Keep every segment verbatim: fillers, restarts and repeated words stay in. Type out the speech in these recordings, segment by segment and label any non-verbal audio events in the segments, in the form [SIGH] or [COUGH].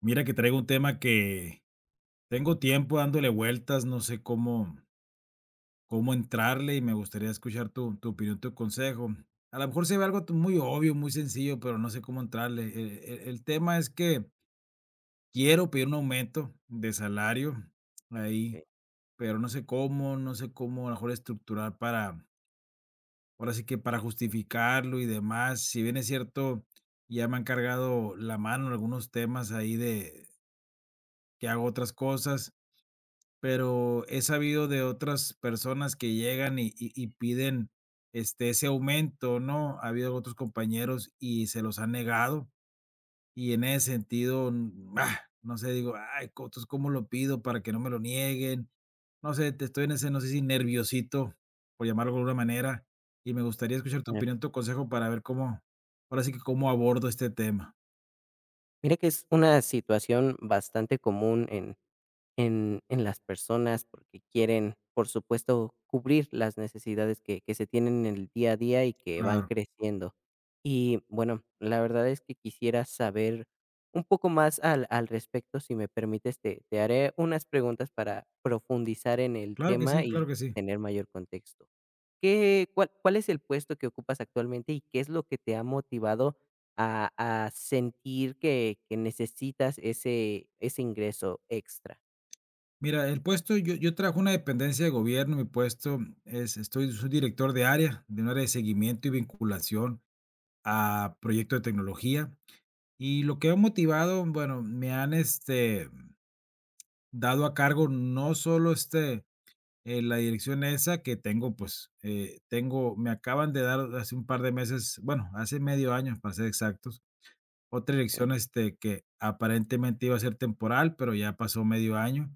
Mira que traigo un tema que tengo tiempo dándole vueltas, no sé cómo, cómo entrarle y me gustaría escuchar tu, tu opinión, tu consejo. A lo mejor se ve algo t- muy obvio, muy sencillo, pero no sé cómo entrarle. E- e- El tema es que quiero pedir un aumento de salario ahí, Okey, pero no sé cómo, no sé cómo a lo mejor estructurar para, ahora sí que para justificarlo y demás. Si bien es cierto, ya me han cargado la mano en algunos temas ahí de que hago otras cosas. Pero he sabido de otras personas que llegan y y y piden, este, ese aumento, ¿no? Ha habido otros compañeros y se los han negado, y en ese sentido, mm, ah, no sé, digo: "Ay, co entonces, ¿cómo lo pido para que no me lo nieguen?". No sé, te estoy en ese, no sé si nerviosito, por llamarlo de alguna manera, y me gustaría escuchar tu mira opinión, tu consejo para ver cómo, ahora sí que cómo abordo este tema. mira que es una situación bastante común en en en las personas, porque quieren, por supuesto, cubrir las necesidades que que se tienen en el día a día y que van Claro, creciendo. Y bueno, la verdad es que quisiera saber un poco más al al respecto. Si me permites, te te haré unas preguntas para profundizar en el claro que sí, tema claro y que sí. tener mayor contexto. ¿Qué cuál cuál es el puesto que ocupas actualmente y qué es lo que te ha motivado a a sentir que que necesitas ese ese ingreso extra? Mira, el puesto, yo yo trabajo en una dependencia de gobierno, mi puesto es estoy soy director de área, de un área de seguimiento y vinculación a proyectos de tecnología. Y lo que ha motivado, bueno, me han, este, dado a cargo no solo, este, eh, la dirección esa que tengo, pues, eh, tengo me acaban de dar hace un par de meses, bueno, hace medio año, para ser exactos, otra Sí, dirección, este, que aparentemente iba a ser temporal, pero ya pasó medio año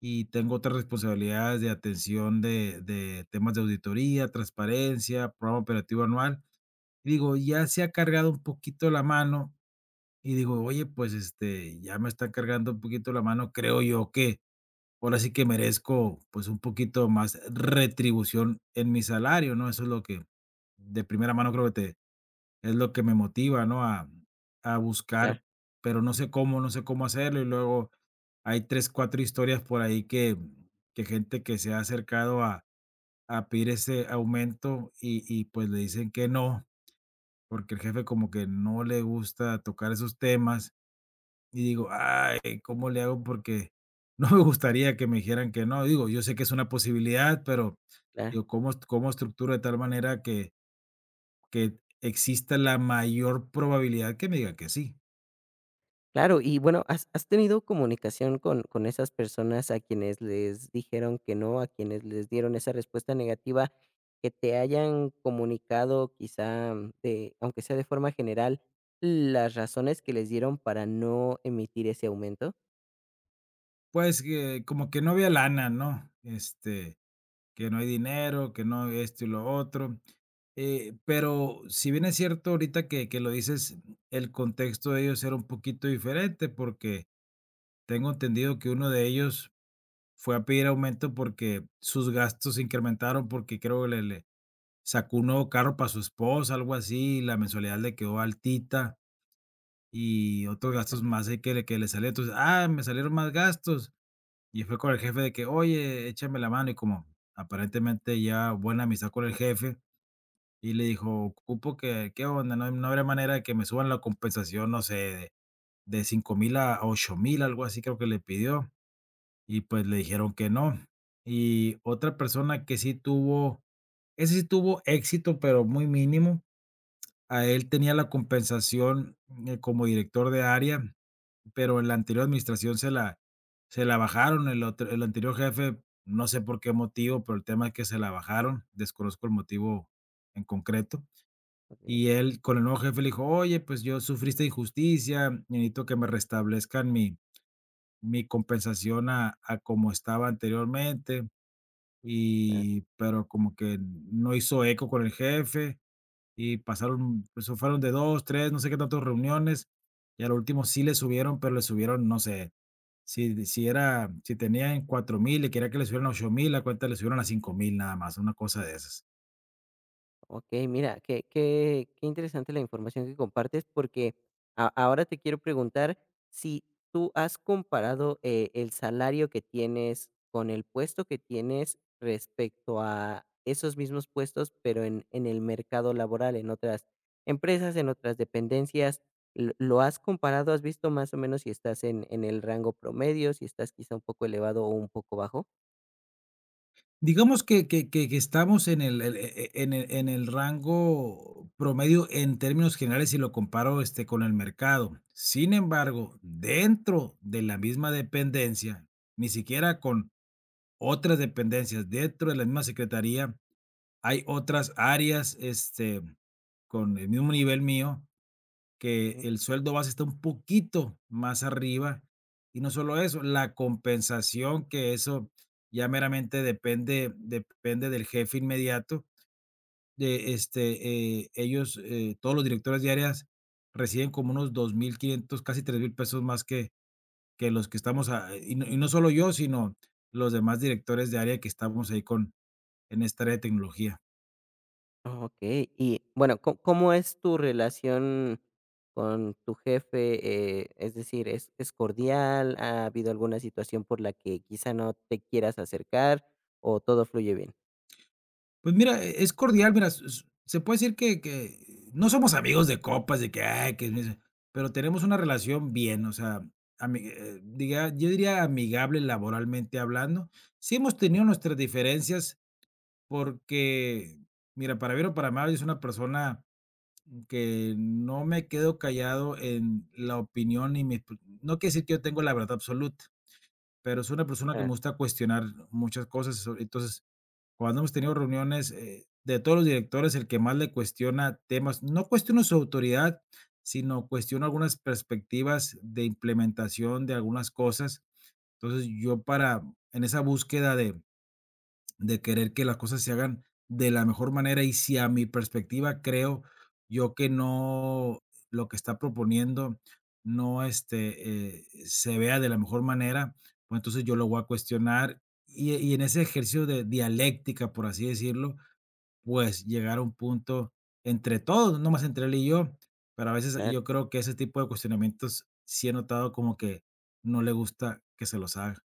y tengo otras responsabilidades de atención de, de temas de auditoría, transparencia, programa operativo anual. Y digo, ya se ha cargado un poquito la mano y digo, oye, pues este, ya me está cargando un poquito la mano, creo yo que ahora sí que merezco pues un poquito más retribución en mi salario, ¿no? Eso es lo que de primera mano creo que te, es lo que me motiva, ¿no? A a claro, buscar, pero no sé cómo, no sé cómo hacerlo. Y luego hay tres cuatro historias por ahí que que gente que se ha acercado a a pedir ese aumento y y, pues, le dicen que no, porque el jefe como que no le gusta tocar esos temas. Y digo: "Ay, ¿cómo le hago?", porque [LAUGHS] no me gustaría que me dijeran que no. Digo, yo sé que es una posibilidad, pero claro. digo, ¿cómo cómo estructuro de tal manera que que exista la mayor probabilidad que me diga que sí? Claro, y bueno, ¿has has tenido comunicación con con esas personas a quienes les dijeron que no, a quienes les dieron esa respuesta negativa, que te hayan comunicado quizá, de, aunque sea de forma general, las razones que les dieron para no emitir ese aumento? Pues, que como que no había lana, ¿no? Este, que no hay dinero, que no hay esto y lo otro. Eh, pero si bien es cierto ahorita que que lo dices, el contexto de ellos era un poquito diferente, porque tengo entendido que uno de ellos fue a pedir aumento porque sus gastos se incrementaron, porque creo que le le sacó un nuevo carro para su esposa, algo así, y la mensualidad le quedó altita y otros Ah, gastos más ahí que le que le salieron. Entonces, ah, me salieron más gastos, y fue con el jefe de que: "Oye, échame la mano", y como aparentemente ya buena amistad con el jefe, y le dijo: "Ocupo que, ¿qué onda? ¿No no habrá manera de que me suban la compensación, no sé, de de cinco mil a ocho mil", algo así creo que le pidió, y pues le dijeron que no. Y otra persona que sí tuvo ese sí tuvo éxito, pero muy mínimo, a él tenía la compensación, eh, como director de área, pero en la anterior administración se la se la bajaron. El otro el anterior jefe, no sé por qué motivo, pero el tema es que se la bajaron, desconozco el motivo en concreto. okey. Y él con el nuevo jefe le dijo: "Oye, pues yo sufrí esta injusticia, necesito que me restablezcan mi mi compensación a a como estaba anteriormente", y pero como que no hizo eco con el jefe, y pasaron, pues, fueron de dos tres no sé qué tantas reuniones, y al último sí le subieron, pero le subieron, no sé, si, si era, si tenían cuatro mil y quería que le subieran a ocho mil, la cuenta le subieron a cinco mil nada más, una cosa de esas. Okey, mira, qué qué qué interesante la información que compartes, porque a ahora te quiero preguntar si tú has comparado, eh, el salario que tienes con el puesto que tienes respecto a esos mismos puestos, pero en en el mercado laboral, en otras empresas, en otras dependencias. ¿Lo lo has comparado? ¿Has visto más o menos si estás en en el rango promedio, si estás quizá un poco elevado o un poco bajo? Digamos que que que que estamos en el el e e en el en el rango promedio en términos generales si lo comparo, este, con el mercado. Sin embargo, dentro de la misma dependencia, ni siquiera con otras dependencias, dentro de la misma secretaría, hay otras áreas, este, con el mismo nivel mío, que el sueldo base está un poquito más arriba. Y no solo eso, la compensación, que eso ya meramente depende, depende del jefe inmediato. De este, eh, ellos, eh, todos los directores de áreas reciben como unos dos mil quinientos, casi tres mil pesos más que, que los que estamos, a- y, no, y no solo yo, sino los demás directores de área que estamos ahí con, en esta área de tecnología. Okey. Y bueno, ¿có cómo es tu relación con tu jefe? Eh, es decir, ¿es es cordial? ¿Ha habido alguna situación por la que quizá no te quieras acercar o todo fluye bien? Pues mira, e es cordial, mira, s s se puede decir que que no somos amigos de copas, de que, ay, que es- pero tenemos una relación bien, o sea, ami eh, diga yo diría amigable laboralmente hablando. Sí hemos tenido Okey. nuestras diferencias porque, mira, para bien o para mal, es una persona que no me quedo callado en la opinión y mis p no quiere decir que yo tengo la verdad absoluta, pero es una persona que Ah, me gusta cuestionar muchas cosas, entonces cuando hemos tenido reuniones, eh, de todos los directores, el que más le cuestiona temas, no cuestiona su autoridad, sino cuestiona algunas perspectivas de implementación de algunas cosas. Entonces, yo para en esa búsqueda de de querer que las cosas se hagan de la mejor manera. Y si a mi perspectiva creo yo que no, lo que está proponiendo no este, eh, se vea de la mejor manera, pues entonces yo lo voy a cuestionar. Y, y en ese ejercicio de dialéctica, por así decirlo, pues llegar a un punto entre todos, no más entre él y yo. Pero a veces claro. yo creo que ese tipo de cuestionamientos sí he notado como que no le gusta que se los haga.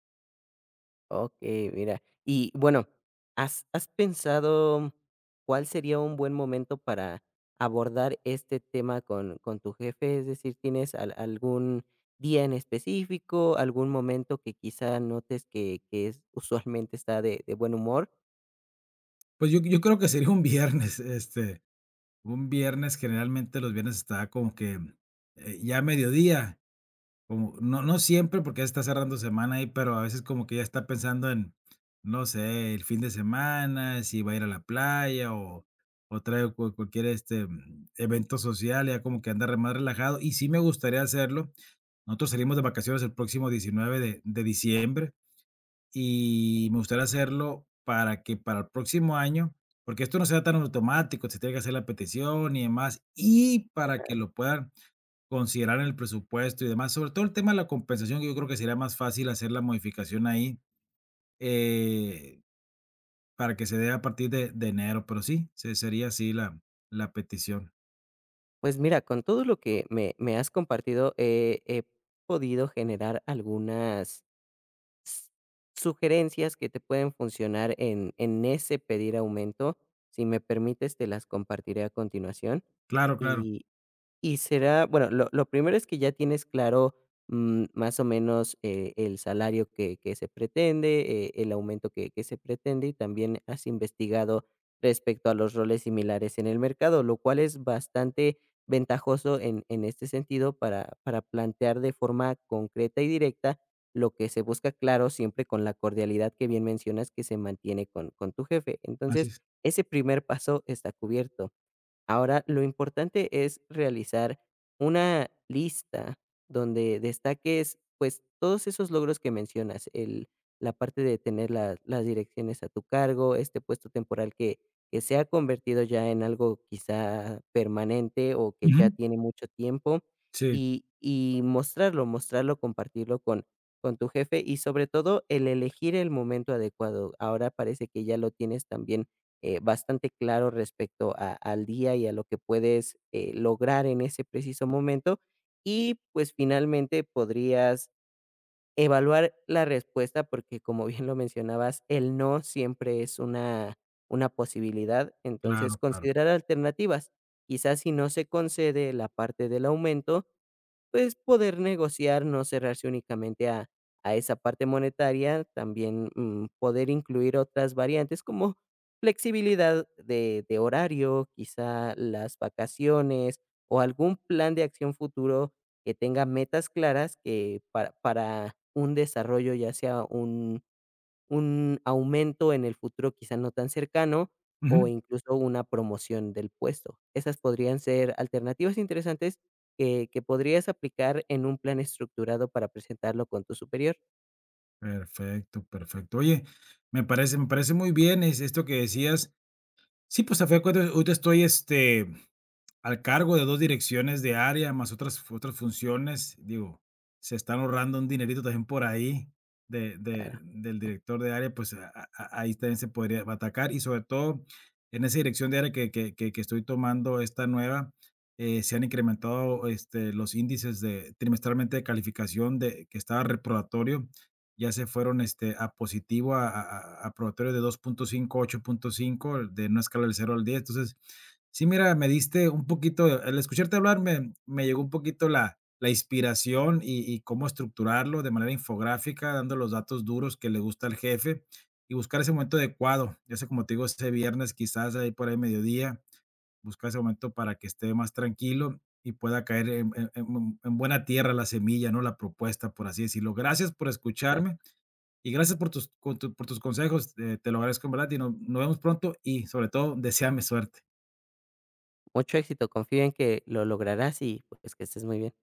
Okey, mira. Y bueno, ¿has has pensado cuál sería un buen momento para abordar este tema con con tu jefe? Es decir, ¿tienes al algún día en específico, algún momento que quizá notes que que es usualmente está de de buen humor? Pues yo, yo creo que sería un viernes, [LAUGHS] este, un viernes, generalmente los viernes está como que, eh, ya mediodía, como no no siempre, porque ya está cerrando semana ahí, pero a veces como que ya está pensando en, no sé, el fin de semana, si va a ir a la playa o o trae cual cualquier, este, mm, evento social, ya como que anda re más relajado, y sí me gustaría hacerlo. Nosotros salimos de vacaciones el próximo diecinueve de de diciembre y me gustaría hacerlo para que para el próximo año, porque esto no sea tan automático, se tiene que hacer la petición y demás, y para que lo puedan considerar en el presupuesto y demás, sobre todo el tema de la compensación, que yo creo que sería más fácil hacer la modificación ahí, eh, para que se dé a partir de de enero, pero sí, se sería así la la petición. Pues mira, con todo lo que me me has compartido, he he podido generar algunas s- sugerencias que te pueden funcionar en, en ese pedir aumento. Si me permites, te las compartiré a continuación. Claro, claro, Y será, bueno, lo lo primero es que ya tienes claro, mm, más o menos, eh, el salario que que se pretende, eh, el aumento que que se pretende, y también has investigado respecto a los roles similares en el mercado, lo cual es bastante ventajoso en en este sentido para para plantear de forma concreta y directa lo que se busca, claro, siempre con la cordialidad que bien mencionas que se mantiene con con tu jefe. así Entonces, es. ese primer paso está cubierto. Ahora, lo importante es realizar una lista donde destaques, pues, todos esos logros que mencionas, el la parte de tener la las direcciones a tu cargo, este puesto temporal que que se ha convertido ya en algo quizá permanente o que ya Ujú. tiene mucho tiempo, Sí, y y mostrarlo, mostrarlo, compartirlo con con tu jefe y, sobre todo, el elegir el momento adecuado. Ahora parece que ya lo tienes también eh, bastante claro respecto a- al día y a lo que puedes eh, lograr en ese preciso momento. Y pues finalmente podrías evaluar la respuesta porque, como [LAUGHS] bien lo mencionabas, el no siempre es una, una posibilidad. Entonces, claro, claro. considerar alternativas. Quizás si no se concede la parte del aumento, pues, poder negociar, no cerrarse únicamente a a esa parte monetaria. También, mm, poder incluir otras variantes como flexibilidad de de horario, quizá las vacaciones o algún plan de acción futuro que tenga metas claras que para para un desarrollo, ya sea un un aumento en el futuro, quizá no tan cercano, Ujú. o incluso una promoción del puesto. Esas podrían ser alternativas interesantes que que podrías aplicar en un plan estructurado para presentarlo con tu superior. Perfecto, perfecto. Oye, me parece me parece muy bien es esto que decías. Sí, pues, a fin de cuentas, ahorita estoy, este, al cargo de dos direcciones de área, más otras fu- otras funciones, digo, se están ahorrando un dinerito también por ahí de de del director de área, pues, a a a- ahí también se podría atacar y sobre todo en esa dirección de área que que que que estoy tomando esta nueva, eh, se han incrementado, este, los índices de trimestralmente de calificación de que estaba reprobatorio, ya se fueron, este, a positivo, a a a a probatorio de dos punto cinco, ocho punto cinco de una escala del cero al diez. Entonces, sí, mira, me diste un poquito, al escucharte hablar me, me llegó un poquito la, la inspiración y, y cómo estructurarlo de manera infográfica, dando los datos duros que le gusta al jefe y buscar ese momento adecuado. Ya sé, como te digo, ese viernes quizás ahí por ahí mediodía, buscar ese momento para que esté más tranquilo y pueda caer en, en- en- en buena tierra la semilla, ¿no? La propuesta, por así decirlo. Gracias por O escucharme y gracias por tus, con tu- por tus consejos. eh, te lo agradezco en verdad y no- nos vemos pronto y sobre todo, deséame suerte. mucho éxito, confío en que lo lograrás y, pues, que estés muy bien.